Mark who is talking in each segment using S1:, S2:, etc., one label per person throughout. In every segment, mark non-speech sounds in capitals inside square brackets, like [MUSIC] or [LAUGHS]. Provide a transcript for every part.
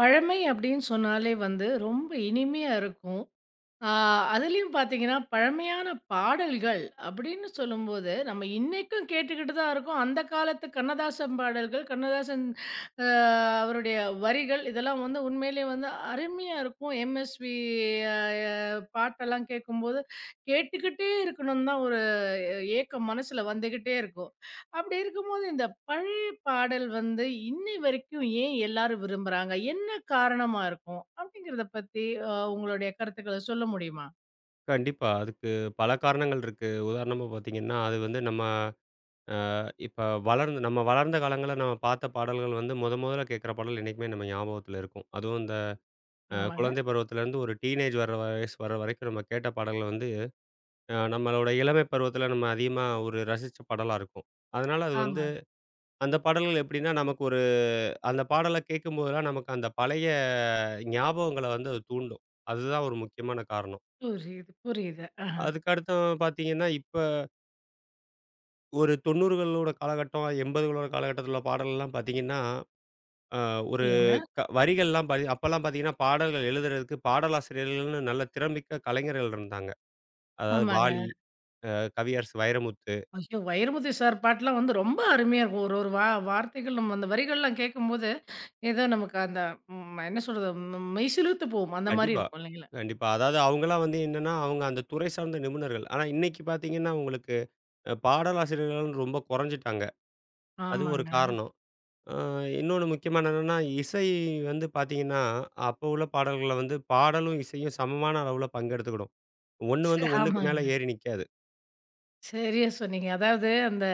S1: பழமை அப்படின்னு சொன்னாலே வந்து ரொம்ப இனிமையா இருக்கும். ஆ அதுலயும் பார்த்தீங்கன்னா, பழமையான பாடல்கள் அப்படின்னு சொல்லும்போது, நம்ம இன்னைக்கும் கேட்டுக்கிட்டு தான் இருக்கோம். அந்த காலத்து கண்ணதாசன் பாடல்கள், கண்ணதாசன் அ அவருடைய வரிகள் இதெல்லாம் வந்து உண்மையிலேயே வந்து அருமையா இருக்கும். எம்எஸ்வி அ பாட்டெல்லாம் கேட்கும்போது, கேட்டுக்கிட்டே இருக்கணும்னு தான் ஒரு ஏக்கம் மனசுல வந்துகிட்டே இருக்கும். அப்படி இருக்கும்போது, இந்த பழைய பாடல் வந்து இன்னை வரைக்கும் ஏன் எல்லாரும் விரும்புறாங்க? என்ன காரணமா இருக்கும்? அப்படிங்கிறத பத்தி உங்களுடைய கருத்துக்கள சொல்ல முடியுமா?
S2: கண்டிப்பா. அதுக்கு பல காரணங்கள் இருக்கு. உதாரணமா பார்த்தீங்கன்னா, அது வந்து நம்ம அ இப்ப வளர்ந்து நம்ம வளர்ந்த காலங்கள்ல நம்ம பார்த்த பாடல்கள் வந்து மொதல்ல கேட்குற பாடல் என்னைக்குமே நம்ம ஞாபகத்துல இருக்கும். அதுவும் இந்த
S1: ஆமாங்க.
S2: குழந்தை பருவத்திலேருந்து ஒரு டீனேஜ் வர வயசு வர வரைக்கும் நம்ம கேட்ட பாடல்கள் வந்து நம்மளோட இளமை பருவத்தில நம்ம அதிகமா ஒரு ரசிச்ச பாடலா இருக்கும். அதனால அது வந்து
S1: ஆமா.
S2: அந்த பாடல்கள் எப்படின்னா, நமக்கு ஒரு அந்த பாடல கேட்கும்போதெல்லாம் நமக்கு அந்த பழைய ஞாபகங்கள வந்து அது தூண்டும். அதுதான் ஒரு முக்கியமான காரணம்.
S1: புரியுது, புரியுது. ஆஹ.
S2: அதுக்கு அடுத்து பார்த்தீங்கன்னா, இப்ப ஒரு 90களோட காலகட்டம், 80களோட காலகட்டத்தில உள்ள பாடல்லாம் பார்த்தீங்கன்னா, அ ஒரு
S1: சொல்லுங்க.
S2: வரிகள்லாம் பாதி அப்பல்லாம் பார்த்தீங்கன்னா, பாடல்கள் எழுதுறதுக்கு பாடலாசிரியர்கள்னு நல்ல திறமிக்க கலைஞர்கள் இருந்தாங்க. அதாவது வாலி,
S1: ஆமாங்க.
S2: அ கவியரசு வைரமுத்து.
S1: ஐயோ! வைரமுத்து சார் பாட்டுலாம் வந்து ரொம்ப அருமையா இருக்கும். ஒரு ஒரு வா வார்த்தைகள் நம்ம அந்த வரிகள்லாம் கேட்கும்போது, ஏதோ நமக்கு அந்த என்ன சொல்றது? மெய்சிலுத்து போகும். அந்த மாரி
S2: கண்டிப்பா,
S1: இருக்கும் இல்லைங்களா?
S2: கண்டிப்பா. அதாவது அவங்கலாம் வந்து என்னன்னா, அவங்க அந்த துறை சார்ந்த நிபுணர்கள். ஆனா இன்னைக்கு பார்த்தீங்கன்னா, உங்களுக்கு பாடலாசிரியர்கள்னு ரொம்ப குறைஞ்சுட்டாங்க. அது ஒரு
S1: ஆமாங்க.
S2: காரணம். அ இன்னொன்னு முக்கியமான என்னன்னா, இசை வந்து பார்த்தீங்கன்னா, அப்போ உள்ள பாடல்கள வந்து பாடலும், இசையும் சமமான அளவுல பங்கெடுத்துக்கிடும். ஒண்ணு
S1: ச
S2: வந்து 1க்கு மேல
S1: ஆமாங்க.
S2: ஏறி நிக்காது.
S1: சரியா சொன்னீங்க. அதாவது அந்த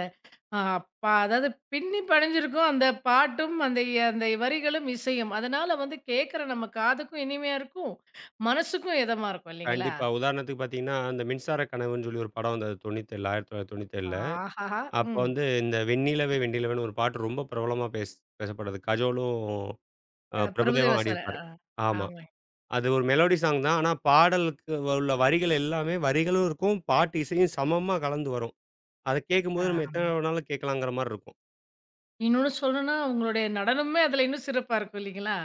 S1: ஆ அப்பா அதாவது பின்னி பிணைஞ்சிருக்கும் அந்த பாட்டும், அந்த அந்த வரிகளும், இசையும். அதனால வந்து கேட்கற நம்ம காதுக்கும் இனிமையா இருக்கும். மனசுக்கும் இதமா இருக்கும் இல்லைங்களா?
S2: கண்டிப்பா. உதாரணத்துக்கு பார்த்தீங்கன்னா, அந்த மின்சார கனவுன்னு சொல்லி ஒரு படம் வந்தது 97 1997ல.
S1: ஆஹாஹா!
S2: அப்ப
S1: ம்.
S2: வந்து இந்த "வெண்ணிலவே வெண்ணிலவேன்னு" ஒரு பாட்டு ரொம்ப பிரபலமா பேசப்பட்டது. கஜோலும் பிரபுதேவா
S1: பிரபுதேவா சார்.
S2: ஆடியிருப்பாரு. ஆமா.
S1: ஆமாங்க.
S2: அது ஒரு மெலோடி சாங் தான். ஆனா பாடலுக்கு உள்ள வரிகள் எல்லாமே வரிகளும் இருக்கும். பாட்டு இசையும் சமமா கலந்து வரும். அத
S1: ஆ
S2: கேட்கும்போது நம்ம
S1: ஆமா.
S2: எத்தனை வேணாலும் கேட்கலாங்கிற மாரி இருக்கும்.
S1: இன்னொன்னு சொல்லணும்னா, உங்களுடைய நடனமே அதுல இன்னும் சிறப்பா இருக்கும் இல்லைங்களா?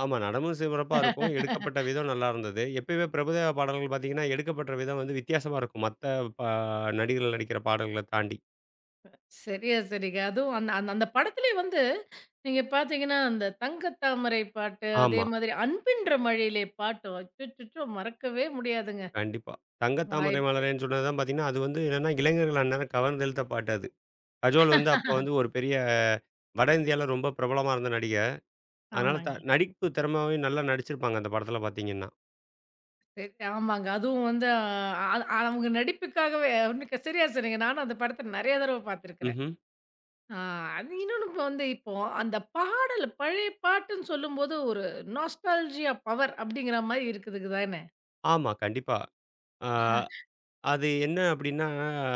S2: ஆமா. நடனமும் சிறப்பா இருக்கும். எடுக்கப்பட்ட விதம் நல்லா இருந்தது. எப்பயுமே பிரபுதேவா பாடல்கள் பார்த்தீங்கன்னா, எடுக்கப்பட்ட விதம் வந்து வித்தியாசமா இருக்கும். மத்த பா நடிகர்கள் நடிக்கிற பாடல்கள தாண்டி.
S1: சரியா சரிங்க. அதுவும் அந்த அந்த அந்த படத்திலே வந்து நீங்க பார்த்தீங்கன்னா, அந்த தங்கத்தாமரை பாட்டு, அதே
S2: ஆமா.
S1: மாதிரி அன்பின்ற மழையிலே பாட்டும் அச்சச்சோ! மறக்கவே முடியாதுங்க.
S2: கண்டிப்பா. "தங்க தாமரை
S1: வாய்ப்பே
S2: மலரேன்னு" சொன்னது தான் பார்த்தீங்கன்னா, அது வந்து என்னன்னா, இளைஞர்கள் அந்நேரம் கவர்ந்தெழுத்த பாட்டு அது. கஜோல் வந்து அப்போ வந்து ஒரு பெரிய வட இந்தியால ரொம்ப பிரபலமா இருந்த நடிகை. அதனால
S1: ஆமாங்க.
S2: நடிப்பு திறமையும் நல்லா நடிச்சிருப்பாங்க அந்த படத்தில பார்த்தீங்கன்னா.
S1: சரி. ஆமாங்க. அதுவும் வந்து அ அது அவங்க நடிப்புக்காகவே ஒன்னுக்கு சரியா சொன்னீங்க. நானும் அந்த படத்த நெறைய தடவ பார்த்துருக்கிறேன்.
S2: ம்ஹ்ம்.
S1: ஆ அது இன்னொன்னு இப்ப வந்து இப்போ அந்த பாடல் பழைய பாட்டுன்னு சொல்லும்போது ஒரு நாஸ்டால்ஜியா பவர் அப்படிங்கிற மாரி இருக்குதுக்கு தானே.
S2: ஆமா. கண்டிப்பா. ஆ.
S1: ஆஹா.
S2: அது என்ன அப்டின்னா,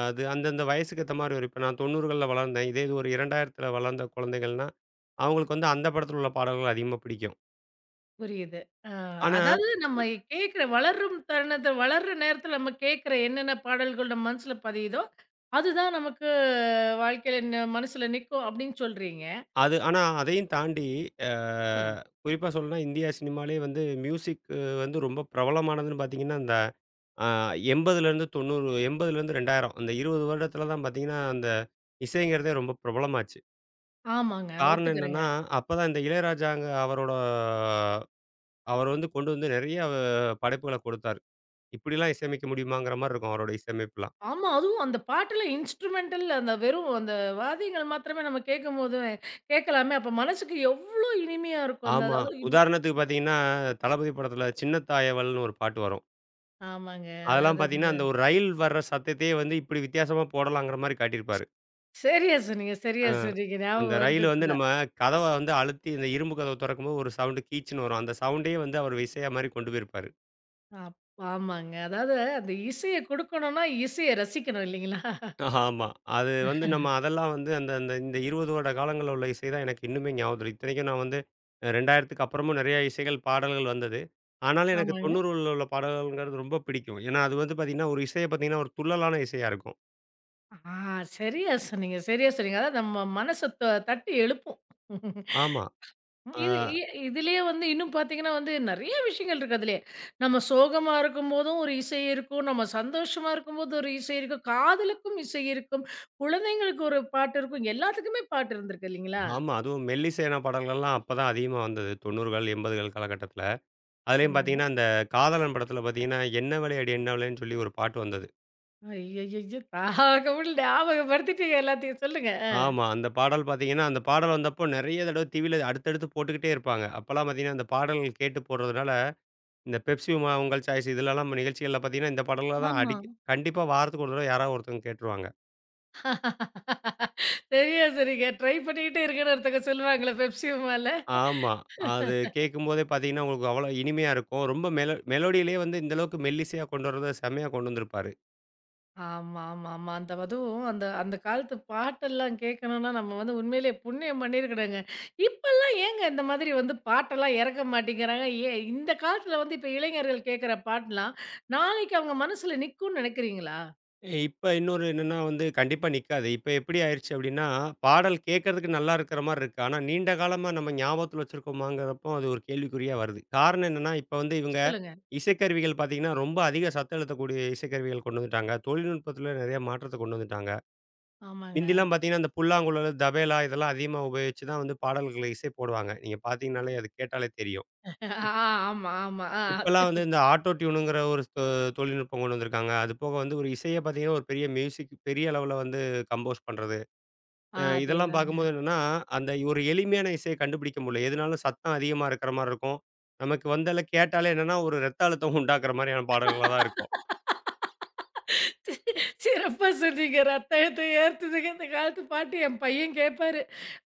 S2: அது அந்தந்த வயசுக்கு ஏத்த மாரி வரும். இப்ப நான் 90கள்ல வளர்ந்தேன். இதே இது ஒரு 2000த்துல வளர்ந்த குழந்தைகள்னா, அவங்களுக்கு வந்து அந்த படத்துல உள்ள பாடல்கள் அதிகமா பிடிக்கும்.
S1: புரியுது. அ
S2: ஆனா,
S1: அதாவது நம்ம கேட்கிற வளரும் தருணத்த வளர்ற நேரத்துல நம்ம கேட்கிற என்னென்ன பாடல்கள் நம்ம மனசுல பதியுதோ, அதுதான் நமக்கு வாழ்க்கையில மனசுல நிக்கும் அப்படின்னு சொல்றீங்க.
S2: அது ஆனா அதையும் தாண்டி அ
S1: சொல்லுங்க.
S2: குறிப்பா சொல்லணும்னா, இந்தியா சினிமாலயே வந்து மியூசிக் வந்து ரொம்ப பிரபலமானதுன்னு பாத்தீங்கன்னா, அந்த அ 80லேருந்து 2000 அந்த 20 வருடத்துல தான் பாத்தீங்கன்னா, அந்த இசைங்கிறதே ரொம்ப பிரபலமாச்சு.
S1: ஆமாங்க.
S2: காரணம்
S1: ஒத்துக்கிறேங்க.
S2: என்னன்னா, அப்பதான் இந்த இளையராஜாங்க அவரோட அவர் வந்து கொண்டு வந்து நெறைய படைப்புகள கொடுத்தாரு. இப்படிலாம் இசையமைக்க முடியுமாங்கிற மாரி இருக்கும் அவரோட இசையமைப்புலாம்.
S1: ஆமா. அதுவும் அந்த பாட்டுல இன்ஸ்ட்ருமெண்டல் அந்த வெறும் அந்த வாத்தியங்கள் மாத்திரமே நம்ம கேட்கும்போது, கேட்கலாமே! அப்ப மனசுக்கு எவ்ளோ இனிமையா இருக்கும். அந்த
S2: ஆமா.
S1: அதுவும்
S2: உதாரணத்துக்கு பார்த்தீங்கன்னா, தளபதி படத்துல சின்னத்தாயவள்னு ஒரு பாட்டு வரும்.
S1: ஆமாங்க.
S2: அதெல்லாம்
S1: அதாவது அந்த
S2: பார்த்தீங்கன்னா, அந்த ஒரு ரயில் வர்ற சத்தத்தையே வந்து இப்படி வித்தியாசமா போடலாங்கிற மாரி காட்டியிருப்பாரு.
S1: சரியா சொன்னீங்க,
S2: அ
S1: சரியா சொன்னீங்க.
S2: அந்த
S1: ஞாபகம் வருது
S2: ரயில் வந்து
S1: இப்பதான்.
S2: நம்ம கதவ வந்து அழுத்தி இந்த இரும்பு கதவ தொறக்கும்போது ஒரு சவுண்டு கீச்சுன்னு வரும். அந்த சவுண்டையே வந்து அவர் இசையா மாரி கொண்டு போயிருப்பாரு.
S1: அப் ஆமாங்க. அதாவது அந்த இசைய குடுக்கணும்னா, இசைய ரசிக்கணும் இல்லைங்களா?
S2: ஆமா. அது வந்து நம்ம அதெல்லாம் வந்து அந்த அந்த இந்த 20 வருட காலங்கள்ல உள்ள இசை தான் எனக்கு இன்னுமே ஞாபகம் இருக்கு. இத்தனைக்கும் நான் வந்து 2000க்கு அப்புறமும் நிறைய இசைகள், பாடல்கள் வந்தது. ஆனாலும் எனக்கு
S1: ஆமாங்க.
S2: 90ல உள்ள பாடல்கள்ங்கிறது ரொம்ப பிடிக்கும். ஏன்னா, அது வந்து பார்த்தீங்கன்னா, ஒரு இசைய பார்த்தீங்கன்னா, ஒரு துள்ளலான இசையா இருக்கும்.
S1: ஆ சரியா சொன்னீங்க, சரியா சொன்னீங்க. அதாவது நம்ம மனச தட்டி எழுப்பும்.
S2: ஆமா. ஆ
S1: இது இ இதிலேயே வந்து இன்னும் பார்த்தீங்கன்னா வந்து நெறைய விஷயங்கள் இருக்கு அதிலயே. நம்ம சோகமா இருக்கும்போதும் ஒரு இசை இருக்கும். நம்ம சந்தோஷமா இருக்கும்போது ஒரு இசை இருக்கும். காதலுக்கும் இசை இருக்கும். குழந்தைங்களுக்கு ஒரு பாட்டு இருக்கும். எல்லாத்துக்குமே பாட்டு இருந்திருக்கு இல்லைங்களா?
S2: ஆமா. அதுவும் மெல்லிசையான பாடல்கள்லாம் அப்ப தான் அதிகமா வந்தது. 90கள், 80கள் காலகட்டத்தில. அதுலயும்
S1: ஆமாங்க.
S2: பார்த்தீங்கன்னா, அந்த காதலன் படத்தில பார்த்தீங்கன்னா, "என்ன விளையாடி என்ன விளையாடின்னு" சொல்லி ஒரு பாட்டு வந்தது.
S1: ஐய்யய்யய்யோ! தாகமுள்ள ஞாபகப்படுத்திட்டீங்க எல்லாத்தையும். சொல்லுங்க.
S2: ஆமா. அந்த பாடல் பார்த்தீங்கன்னா, அந்த பாடல் வந்தப்போ நெறைய தடவ டிவில அடுத்தடுத்து போட்டுக்கிட்டே இருப்பாங்க. அப்பலாம் பார்த்தீங்கன்னா, அந்த பாடல்கள் கேட்டு போடுறதுனால, இந்த பெப்சி உமா உங்கள் சாய்ஸ் இதுலலாம் நிகழ்ச்சிகள்ல பார்த்தீங்கன்னா, இந்த பாடல்கள தான்
S1: ஆமா.
S2: கண்டிப்பா வாரத்துக்கு ஒரு தடவ யாராவது ஒருத்தவங்க கேட்டுருவாங்க.
S1: [LAUGHS] சரியா சொன்னீங்க. ட்ரை பண்ணிக்கிட்டே இருக்கேன்னு ஒருத்தங்க சொல்லுவாங்கல்ல பெப்சியுமால.
S2: ஆமா. அது கேட்கும்போதே பார்த்தீங்கன்னா, உங்களுக்கு அவ்வளோ இனிமையா இருக்கும். ரொம்ப மெலோடியிலேயே வந்து இந்த அளவுக்கு மெல்லிசையா கொண்டு வரத செம்மையா கொண்டு வந்திருப்பாரு.
S1: ஆமா, ஆமா, ஆமா. அந்த அதுவும் அந்த அந்த காலத்து பாட்டெல்லாம் கேட்கணும்னா, நம்ம வந்து உண்மையிலேயே புண்ணியம் பண்ணியிருக்கணுங்க. இப்பல்லாம் ஏங்க இந்த மாதிரி வந்து பாட்டெல்லாம் இறக்க மாட்டேங்கிறாங்க? ஏன் இந்த காலத்துல வந்து இப்ப இளைஞர்கள் கேட்கிற பாட்டுலாம், நாளைக்கு அவங்க மனசுல நிக்கும்னு நினைக்கிறீங்களா?
S2: இப்ப இன்னொரு என்னன்னா வந்து கண்டிப்பா நிக்காது. இப்ப எப்படி ஆயிருச்சு அப்படின்னா, பாடல் கேட்கறதுக்கு நல்லா இருக்கிற மாரி இருக்கு. ஆனா நீண்ட காலமா நம்ம ஞாபகத்துல வச்சிருக்கோமாங்கிறப்போ அது ஒரு கேள்விக்குறியா வருது. காரணம் என்னன்னா, இப்ப வந்து இவங்க
S1: சொல்லுங்க.
S2: இசைக்கருவிகள் பார்த்தீங்கன்னா, ரொம்ப அதிக சத்தம் எழுத்தக்கூடிய இசைக்கருவிகள் கொண்டு வந்துட்டாங்க. தொழில்நுட்பத்துல நெறைய மாற்றத்த கொண்டு வந்துட்டாங்க.
S1: ஆமாங்க.
S2: முந்திலாம் பார்த்தீங்கன்னா, இந்த புல்லாங்குழல், தபேலா இதெல்லாம் அதிகமா உபயோகிச்சு தான் வந்து பாடல்களுக்கு இசை போடுவாங்க. நீங்க பார்த்தீங்கன்னாலே அது கேட்டாலே தெரியும்.
S1: ஆ ஆமா, ஆமா.
S2: இப்பல்லாம் வந்து இந்த ஆட்டோ டியூனுங்கிற ஒரு தொழில்நுட்பம் கொண்டு வந்திருக்காங்க. அது போக வந்து ஒரு இசைய பார்த்தீங்கன்னா, ஒரு பெரிய மியூசிக் பெரிய அளவுல வந்து கம்போஸ் பண்றது. இதெல்லாம்
S1: அதேதாங்க.
S2: பார்க்கும்போது என்னன்னா, அந்த ஒரு எளிமையான இசைய கண்டுபிடிக்க முடியல. எதுனாலும் சத்தம் அதிகமா இருக்கிற மாரி இருக்கும். நமக்கு வந்தால கேட்டாலே என்னன்னா, ஒரு ரத்த அழுத்தம் உண்டாக்குற மாரியான பாடல்களா தான் இருக்கும்.
S1: சிறப்பா சொன்னீங்க. ரத்த அழுத்தம் ஏறுதுங்க இந்த காலத்து பாட்டு. என் பையன் கேட்பாரு.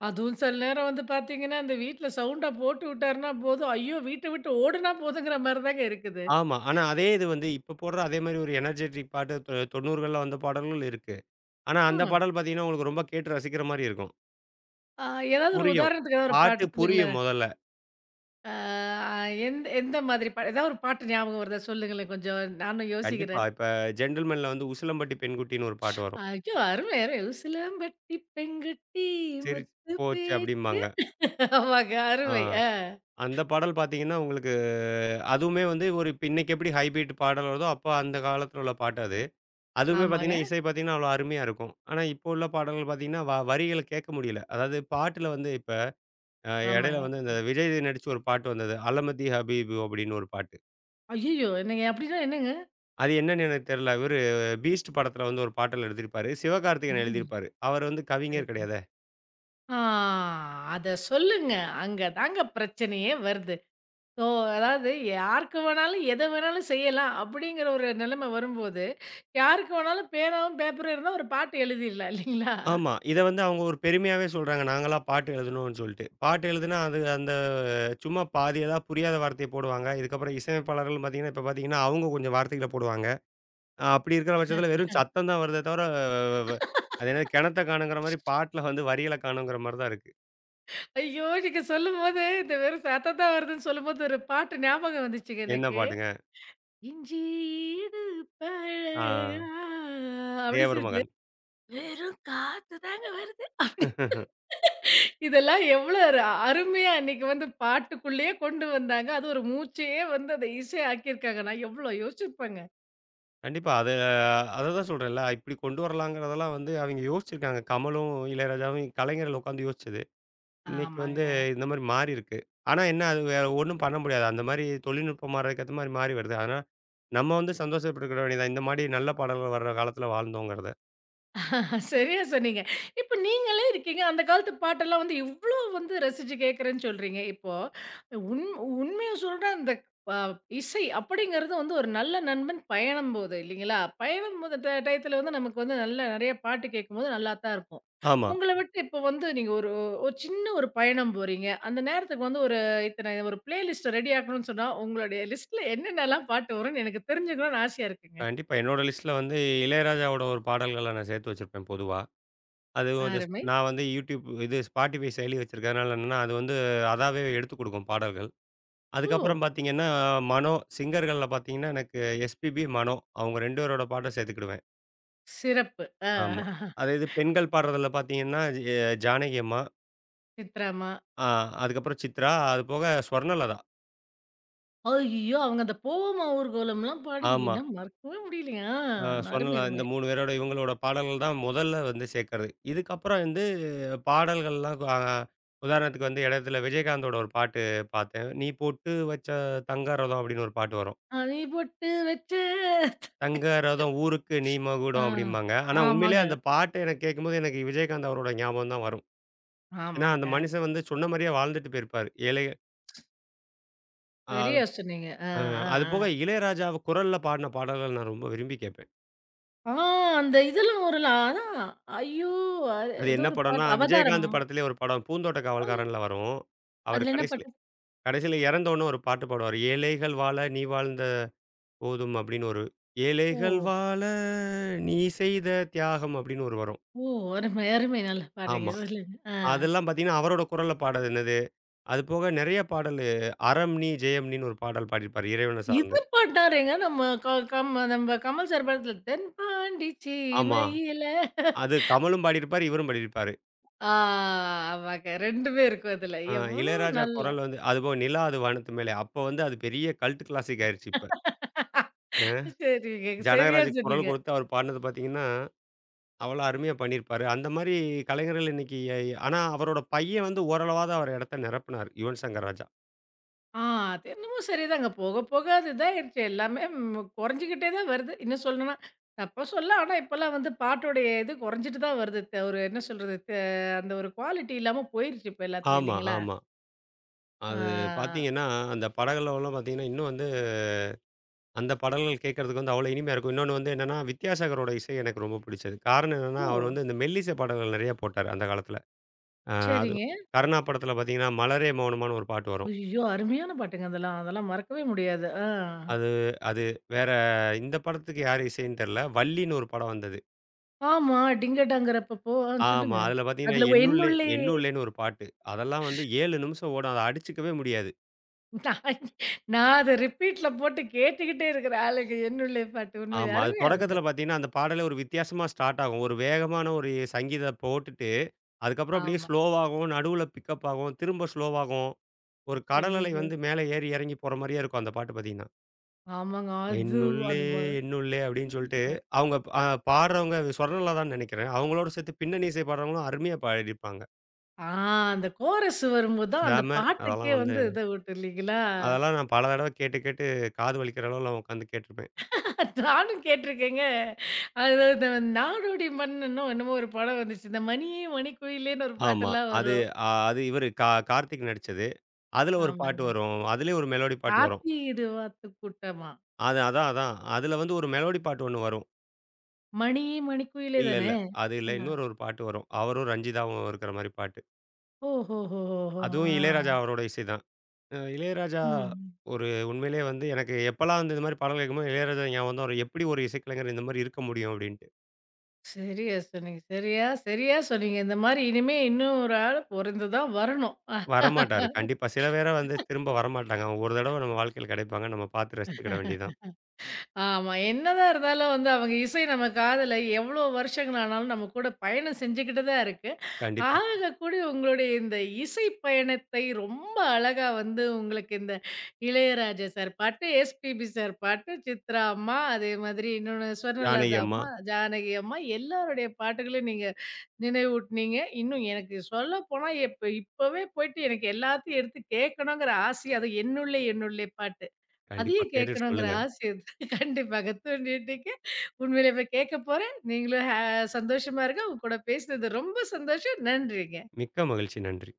S1: அதுவும் சில நேரம் வந்து பார்த்தீங்கன்னா, அந்த வீட்ல சவுண்டா போட்டு விட்டாருன்னா போதும், ஐயோ! வீட்ட விட்டு ஓடுனா போதுங்கிற மாரி தாங்க இருக்குது.
S2: ஆமா. ஆனா அதே இது வந்து இப்ப போடுற அதே மாரி ஒரு எனர்ஜெட்டிக் பாட்டு 90கள்ல வந்த பாடல்கள் இருக்கு. ஆனா அந்த
S1: ஆ.
S2: பாடல் பார்த்தீங்கன்னா, உங்களுக்கு ரொம்ப கேட்டு ரசிக்கிற மாரி இருக்கும்.
S1: ஆ ஏதாவது ஒரு
S2: புரியும்.
S1: உதாரணத்துக்கு ஏதாவது ஒரு
S2: பாட்டு
S1: பாட்டு
S2: புரியும்
S1: சொல்லுங்களேன்.
S2: முதல்ல.
S1: ஆ எந்த எந்த மாதிரி பா ஏதாவது ஒரு பாட்டு ஞாபகம் வருதா சொல்லுங்களேன் கொஞ்சம். நானும்
S2: கண்டிப்பா.
S1: யோசிக்கிறேன்.
S2: இப்ப ஜென்டில்மேன்ல வந்து "உசிலம்பட்டி பெண்குட்டின்னு" ஒரு பாட்டு வரும்.
S1: ஐயோ! அருமை, அருமை. "உசிலம்பட்டி பெங்குட்டி
S2: "சிரி
S1: முத்து
S2: போச்சு"
S1: பேச்சு"
S2: அப்படிம்பாங்க.
S1: ஆமாங்க.
S2: ஆ,
S1: அருமை. ஆ.
S2: அந்த பாடல் பார்த்தீங்கன்னா, உங்களுக்கு அதுவுமே வந்து ஒரு இப்ப இன்னைக்கு எப்படி ஹைபிரிட் பாடல் வருதோ, அப்போ அந்த காலத்துல உள்ள பாட்டு அது. அதுவுமே
S1: ஆமாங்க,
S2: பார்த்தீங்கன்னா, இசை பார்த்தீங்கன்னா, அவ்வளோ அருமையா இருக்கும். ஆனா, இப்போ உள்ள பாடல்கள் பார்த்தீங்கன்னா, வரிகள கேட்க முடியல. அதாவது பாட்டுல வந்து இப்ப இடையில
S1: ஆமாங்க.
S2: வந்து இந்த விஜய் நடிச்ச ஒரு பாட்டு வந்தது. "அலமதி ஹபீபு" அப்படின்னு ஒரு பாட்டு.
S1: ஐயய்யோ! என்னங்க அப்படின்னா என்னங்க?
S2: அது என்னன்னு எனக்கு தெரியல. இவரு "பீஸ்ட்" படத்துல வந்து ஒரு பாடல் எழுதியிருப்பாரு. சிவகார்த்திகேயன்
S1: ம்.
S2: எழுதியிருப்பாரு. அவர் வந்து கவிஞர்
S1: சரிங்க.
S2: கிடையாது.
S1: ஆ அத சொல்லுங்க. அங்க தாங்க பிரச்சனையே வருது. ஸோ அதாவது யாருக்கு வேணாலும், எத வேணாலும் செய்யலாம் அப்படிங்கிற ஒரு நிலைமை வரும்போது, யாருக்கு வேணாலும் பேனாவும், பேப்பரும் இருந்தா ஒரு பாட்டு எழுதிடலாம் இல்லைங்களா?
S2: ஆமா. இத வந்து அவங்க ஒரு பெருமையாவே சொல்றாங்க. நாங்களா பாட்டு எழுதுனோம்னு சொல்ட்டு. பாட்டு எழுதுனா அது அந்த சும்மா பாதி ஏதாவது புரியாத வார்த்தைய போடுவாங்க. இதுக்கப்புறம் இசையமைப்பாளர்கள் பார்த்தீங்கன்னா, இப்ப பார்த்தீங்கன்னா, அவங்க கொஞ்சம் வார்த்தைகள போடுவாங்க. அப்படி இருக்கிற பட்சத்தில வெறும் சத்தம் தான் வருதே தவிர, வ வ அது என்னது கிணத்த காணுங்கிற மாரி பாட்டுல வந்து வரிகள காணுங்கிற மாரி தான் இருக்கு.
S1: ஐயோ! நீங்க சொல்லும்போது இந்த வெறும் சத்தம் தான் வருதுன்னு சொல்லும்போது ஒரு பாட்டு ஞாபகம் வந்துச்சுங்க
S2: என்ன
S1: எனக்கு.
S2: பாட்டுங்க?
S1: இஞ்சி ஈடு
S2: ஆ,
S1: பழகா அப்படி
S2: தேவர்
S1: சொல்லிட்டு
S2: மகன்.
S1: வெறும் காத்து தாங்க வருது. அப்படி.
S2: [LAUGHS]
S1: [LAUGHS] இதெல்லாம் எவ்வளோ ஒரு அருமையா அன்னைக்கு வந்து பாட்டுக்குள்ளேயே கொண்டு வந்தாங்க. அது ஒரு மூச்சையே வந்து அத இசை ஆக்கியிருக்காங்க. நான் எவ்வளோ யோசிச்சிருப்பேங்க.
S2: கண்டிப்பா. அததான் சொல்றேன்ல. இப்படி கொண்டு வரலாங்கிறதெல்லாம் வந்து அவிங்க யோசிச்சிருக்காங்க. கமலும், இளையராஜாவும், கலைஞர்கள் உட்காந்து யோசிச்சது. இன்னைக்கு வந்து
S1: ஆமாங்க.
S2: இந்த மாரி மாறியிருக்கு. ஆனா என்ன அது வேற ஒண்ணும் பண்ண முடியாது. அந்த மாரி தொழில்நுட்பம் மாறுறதுக்கு ஏத்த மாரி மாறி வருது. ஆனா, நம்ம வந்து சந்தோஷப்பட்டுக்கிட வேண்டியதான். இந்த மாரி நல்ல பாடல்கள் வர்ற காலத்துல வாழ்ந்தோங்கிறத.
S1: சரியா சொன்னீங்க. இப்ப நீங்களே இருக்கீங்க. அந்த காலத்து பாட்டெல்லாம் வந்து இவ்ளோ வந்து ரசிச்சு கேட்கிறேன்னு சொல்றீங்க. இப்போ உண் உண்மைய சொல்றேன் இந்த அ இசை அப்படிங்கிறது வந்து ஒரு நல்ல நண்பன் பயணம்போது இல்லைங்களா? பயணம்போது ட டயத்துல வந்து நமக்கு வந்து நல்ல நெறைய பாட்டு கேட்கும்போது நல்லா தான் இருக்கும்.
S2: ஆமா.
S1: உங்கள விட்டு இப்போ வந்து நீங்க ஒரு ஒரு சின்ன ஒரு பயணம் போறீங்க. அந்த நேரத்துக்கு வந்து ஒரு இத்தன ஒரு பிளேலிஸ்ட்ட ரெடி ஆக்கணும்னு சொன்னா, உங்களுடைய லிஸ்ட்ல என்னென்னலாம் பாட்டு வரும்னு எனக்கு தெரிஞ்சுக்கணும்னு ஆசையா இருக்குங்க.
S2: கண்டிப்பா. என்னோட லிஸ்ட்ல வந்து இளையராஜாவோட ஒரு பாடல்கள நான் சேர்த்து வச்சிருப்பேன் பொதுவா. அதுவும் வந்து
S1: அருமை.
S2: நான் வந்து YouTube இது Spotify செயலி வச்சிருக்கிறதுனால என்னன்னா, அது வந்து அதாவே எடுத்துக் குடுக்கும் பாடல்கள்.
S1: ஓ!
S2: அதுக்கப்புறம் பார்த்தீங்கன்னா, மனோ சிங்கர்கள்ல பார்த்தீங்கன்னா, எனக்கு எஸ்பிபி, மனோ அவங்க 2 பேரோட பாட்ட சேர்த்துக்கிடுவேன்.
S1: சிறப்பு. ஆ.
S2: ஆமா. அது இது பெண்கள் பாடுறதுல பார்த்தீங்கன்னா, எ ஜானகி அம்மா,
S1: சித்ராம்மா.
S2: அ அதுக்கப்புறம் சித்ரா, அது போக ஸ்வர்ணலதா.
S1: ஐய்யயோ! அவங்க அந்த "போவோமா ஊர்கோலம்லாம்" பாடி
S2: ஆமா.
S1: என்னால மறக்கவே முடியலைங்க. ஆ அருமை,
S2: ஸ்வர்ணலதா இந்த
S1: அருமை.
S2: 3 பேரோட இவங்களோட பாடல்கள் தான் முதல்ல வந்து சேர்க்கறது. இதுக்கப்புறம் வந்து பாடல்கள்லாம் உதாரணத்துக்கு வந்து இடத்துல விஜயகாந்தோட ஒரு பாட்டு பார்த்தேன். "நீ பொட்டு வச்ச தங்க ரதம்" அப்படின்னு ஒரு பாட்டு வரும்.
S1: "அணை பொட்டு வச்ச"
S2: "தங்க ரதம் ஊருக்கு நீ
S1: ஆ
S2: மகுடம்" அப்படிம்பாங்க. ஆனா உண்மையிலேயே
S1: ஆமாங்க,
S2: அந்த பாட்டு எனக்கு கேட்கும்போது எனக்கு விஜயகாந்த் அவரோட ஞாபகம் தான் வரும். ஏன்னா அந்த
S1: ஆமாங்க.
S2: மனுஷன் வந்து சொன்ன மாரியே வாழ்ந்துட்டு போயிருப்பாரு. ஏழை அ
S1: சரியா சொன்னீங்க. ஆ,
S2: ஆ,
S1: ஆ,
S2: அது
S1: ஆ.
S2: போக இளையராஜாவ குரல்ல பாடின பாடல்கள் நான் ரொம்ப விரும்பி கேட்பேன்.
S1: ஆ அந்த இதெல்லாம் வரும்ல அதான். ஐயோ! அது
S2: அது
S1: ஏதோ
S2: என்ன
S1: ஒரு
S2: படம்னா,
S1: பாட்டு அவதாரம்.
S2: விஜயகாந்த் படத்திலேயே ஒரு படம் பூந்தோட்ட காவல்காரன்ல வரும். அவர்
S1: அதுல என்ன
S2: கடைசில
S1: பாட்டு?
S2: கடைசில இறந்தோனே ஒரு பாட்டு பாடுவாரு. ஏழைகள் வாழ நீ வாழ்ந்த போதும் அப்படின்னு ஒரு
S1: ஓ!
S2: ஏழைகள் வாழ நீ செய்த தியாகம் அப்படின்னு ஒரு வரும்.
S1: ஓ! அருமை, அருமை. நல்லா பாடுறீங்க.
S2: ஆமா.
S1: சொல்லுங்க. ஆ.
S2: அதெல்லாம் பார்த்தீங்கன்னா, அவரோட குரல்ல பாடுனது. அது போக நெறைய பாடல் அறம் நீ ஜெயம் நீன்னு ஒரு பாடல் பாடியிருப்பாரு. இறைவன சார்ந்து.
S1: இது பாட்டாரேங்க நம்ம க கம் நம்ம கமல் சார் படத்துல "தென்பாண்டி
S2: ஆமா.
S1: சீமையில"
S2: அது கமலும் பாடியிருப்பாரு, இவரும் பாடியிருப்பாரு.
S1: ஆ ஆமாங்க. 2மே இருக்கும் அதுல.
S2: ஆ,
S1: எவ்வளோ
S2: இளையராஜா
S1: நல்லா
S2: குரல் வந்து அதுபோக நிலா அது வானத்து மேலே. அப்ப வந்து அது பெரிய கல்ட் கிளாசிக் ஆயிருச்சு இப்ப. அ
S1: சரிங்க. சரியா
S2: ஜனகராஜுக்கு குரல்
S1: சொன்னீங்க.
S2: கொடுத்து அவர் பாடுனது பார்த்தீங்கன்னா, அவ்வளோ அருமையா பண்ணியிருப்பாரு. அந்த மாரி கலைஞர்கள் இன்னைக்கு ஆனா அவரோட பையன் வந்து ஓரளவாவது அவர் இடத்த நிரப்புனாரு. யுவன் சங்கர் ராஜா.
S1: ஆ அது என்னமோ சரிதாங்க. போக போக அது இதாயிருச்சு. எல்லாமே ம் குறைஞ்சுக்கிட்டே தான் வருது. இன்னும் சொல்லணும்னா, தப்பா சொல்ல ஆனா இப்பலாம் வந்து பாட்டோடைய இது குறைஞ்சிட்டு தான் வருது. ஒரு என்ன சொல்றது? அந்த ஒரு குவாலிட்டி இல்லாம போயிருச்சு இப்ப எல்லாத்துலயும்
S2: ஆமா,
S1: இல்லைங்களா?
S2: ஆமா. அது
S1: ஆ.
S2: பார்த்தீங்கன்னா, அந்த பாடல்கள்லாம் பார்த்தீங்கன்னா, இன்னும் வந்து அந்த பாடல்கள் கேட்கறதுக்கு வந்து அவ்வளோ இனிமையா இருக்கும். இன்னொன்னு வந்து என்னன்னா, வித்யாசாகரோட இசை எனக்கு ரொம்ப பிடிச்சது. காரணம் என்னன்னா,
S1: ஓ!
S2: அவர் வந்து இந்த மெல்லிசை பாடல்கள் நெறைய போட்டாரு அந்த காலத்துல. அ அது
S1: சரிங்க.
S2: கருணா படத்துல பார்த்தீங்கன்னா, மலரே மௌனமான்னு ஒரு பாட்டு வரும்.
S1: ஐயய்யோ! அருமையான பாட்டுங்க அதெல்லாம். அதெல்லாம் மறக்கவே முடியாது. ஆ.
S2: அது அது வேற இந்த படத்துக்கு யார் இசைன்னு தெரியல. வள்ளின்னு ஒரு படம் வந்தது.
S1: ஆமா. டிங்கடாங்கிறப்பப்போ
S2: ஆமா.
S1: சொல்லுங்க.
S2: அதில பார்த்தீங்கன்னா,
S1: அதுல
S2: "எண்ணுள்ளே
S1: "என்னுள்ளே"
S2: எண்ணுள்ளேன்னு" ஒரு பாட்டு. அதெல்லாம் வந்து 7 நிமிஷம் ஓடும். அத அடிச்சுக்கவே முடியாது.
S1: நான் நான் அத ரிப்பீட்ல போட்டு கேட்டுக்கிட்டே இருக்கிற ஆளுங்க என்னுள்ளே பாட்டு. உண்மையிலே
S2: ஆமா. அது
S1: அருமையான
S2: தொடக்கத்தில
S1: பாட்டு.
S2: பார்த்தீங்கன்னா, அந்த பாடலே ஒரு வித்தியாசமா ஸ்டார்ட் ஆகும். ஒரு வேகமான ஒரு சங்கீத போட்டுட்டு, அதுக்கப்புறம் அப்படியே
S1: ஆமா.
S2: ஸ்லோவாகும். நடுவுல பிக்கப் ஆகும். திரும்ப ஸ்லோவாகும். ஒரு கடல் அலை
S1: ஐய்யய்யோ!
S2: வந்து மேல ஏறி இறங்கி போற மாரியே இருக்கும் அந்த பாட்டு பார்த்தீங்கன்னா.
S1: ஆமாங்க. அது
S2: "எண்ணுள்ளே
S1: அது வ
S2: எண்ணுள்ளே" அப்படின்னு சொல்லிட்டு அவங்க பாடுறவங்க சொர்ணலதான்னு நினைக்கிறேன். அவங்களோட சேர்த்து பின்னணி இசை பாடுறவங்களும் அருமையா பாடியிருப்பாங்க.
S1: ஆ அந்த கோரஸ் வரும்போது தான் அந்த
S2: செம. அதெல்லாம்
S1: பாட்டுக்கே
S2: வந்து
S1: வந்து இத விட்டு இல்லைங்களா?
S2: அதெல்லாம் நான் பல தடவ கேட்டு, கேட்டு காது வலிக்கிற அளவுலாம் உட்காந்து கேட்டுருப்பேன்.
S1: நானும் கேட்டுருக்கேங்க. அதாவது நாடோடி மன்னனோ என்னமோ ஒரு படம் வந்துச்சு. இந்த மணியே மணிக்குயிலேன்னு ஒரு
S2: ஆமா.
S1: பாட்டெல்லாம்
S2: அது
S1: வரும்.
S2: அது இவரு கார்த்திக் நடிச்சது. அதுல ஒரு பாட்டு
S1: ஆமாங்க.
S2: வரும். அதுலயும் ஒரு மெலோடி பாட்டு வரும்.
S1: "காத்தி இது வாத்து கூட்டமா"
S2: அது அதான், அதான். அதுல வந்து ஒரு மெலோடி பாட்டு ஒண்ணு வரும்.
S1: மணியே மணிக்குயிலே
S2: இல்ல,
S1: தானே?
S2: இல்ல. அது இல்ல.
S1: ஆ.
S2: இன்னொரு ஒரு பாட்டு வரும். அவரும் ரஞ்சிதாவும் இருக்கிற மாரி பாட்டு.
S1: ஓஹோஹோஹோ!
S2: அதுவும் இளையராஜா
S1: ஆ.
S2: அவரோட இசை தான். அ இளையராஜா
S1: ம்.
S2: ஒரு உண்மையிலேயே வந்து எனக்கு எப்பலாம் வந்து இந்த மாரி பாடல்கள் கேட்கும்போது இளையராஜா ஞாபகம் தான் வரும். எப்படி ஒரு இசைக்கலைஞர் இந்த மாரி இருக்க முடியும்? அப்படின்னு.
S1: சரியா சொன்னீங்க. சரியா, சரியா சொன்னீங்க. இந்த மாரி இனிமே இன்னும் ஒரு ஆள் பொறந்து தான் வரணும்.
S2: வரமாட்டாரு. கண்டிப்பா. சில பேர வந்து திரும்ப வரமாட்டாங்க. அவங்க ஒரு தடவ நம்ம வாழ்க்கையில கிடைப்பாங்க. நம்ம பார்த்து ரசித்துக்கிட வேண்டியது தான்.
S1: ஆமா. என்னதான் இருந்தாலும் வந்து அவங்க இசை நம்ம காதுல எவ்வளோ வருஷங்கள் ஆனாலும் நம்ம கூட பயணம் செஞ்சுக்கிட்டு தான் இருக்கு.
S2: கண்டிப்பா.
S1: ஆகக்கூடிய உங்களுடைய இந்த இசை பயணத்தை ரொம்ப அழகா வந்து உங்களுக்கு இந்த இளையராஜா சார் பாட்டு, எஸ்பிபி சார் பாட்டு, சித்ரா அம்மா, அதே மாதிரி இன்னொன்னு
S2: ஜானகி
S1: சுவர்ணலதா
S2: அம்மா.
S1: அம்மா, ஜானகி அம்மா எல்லாருடைய பாட்டுகளையும் நீங்க நினைவூட்டுனீங்க. இன்னும் எனக்கு சொல்லப்போனா, இப்பவே போயிட்டு எனக்கு எல்லாத்தையும் எடுத்து கேட்கணுங்கிற ஆசை. அது "என்னுள்ளே என்னுள்ளே" பாட்டு.
S2: கண்டிப்பா
S1: அதையும்
S2: கேட்டுட்டு
S1: கேட்கணுங்கிற
S2: சொல்லுங்க.
S1: ஆசை இருக்கு. [LAUGHS] கண்டிப்பாக தூண்டிவிட்டீங்க. உண்மையிலே போய் கேட்க போறேன். நீங்களும் சந்தோஷமா இருங்க. உங்க கூட பேசினது ரொம்ப சந்தோஷம். நன்றிங்க.
S2: மிக்க மகிழ்ச்சி. நன்றி.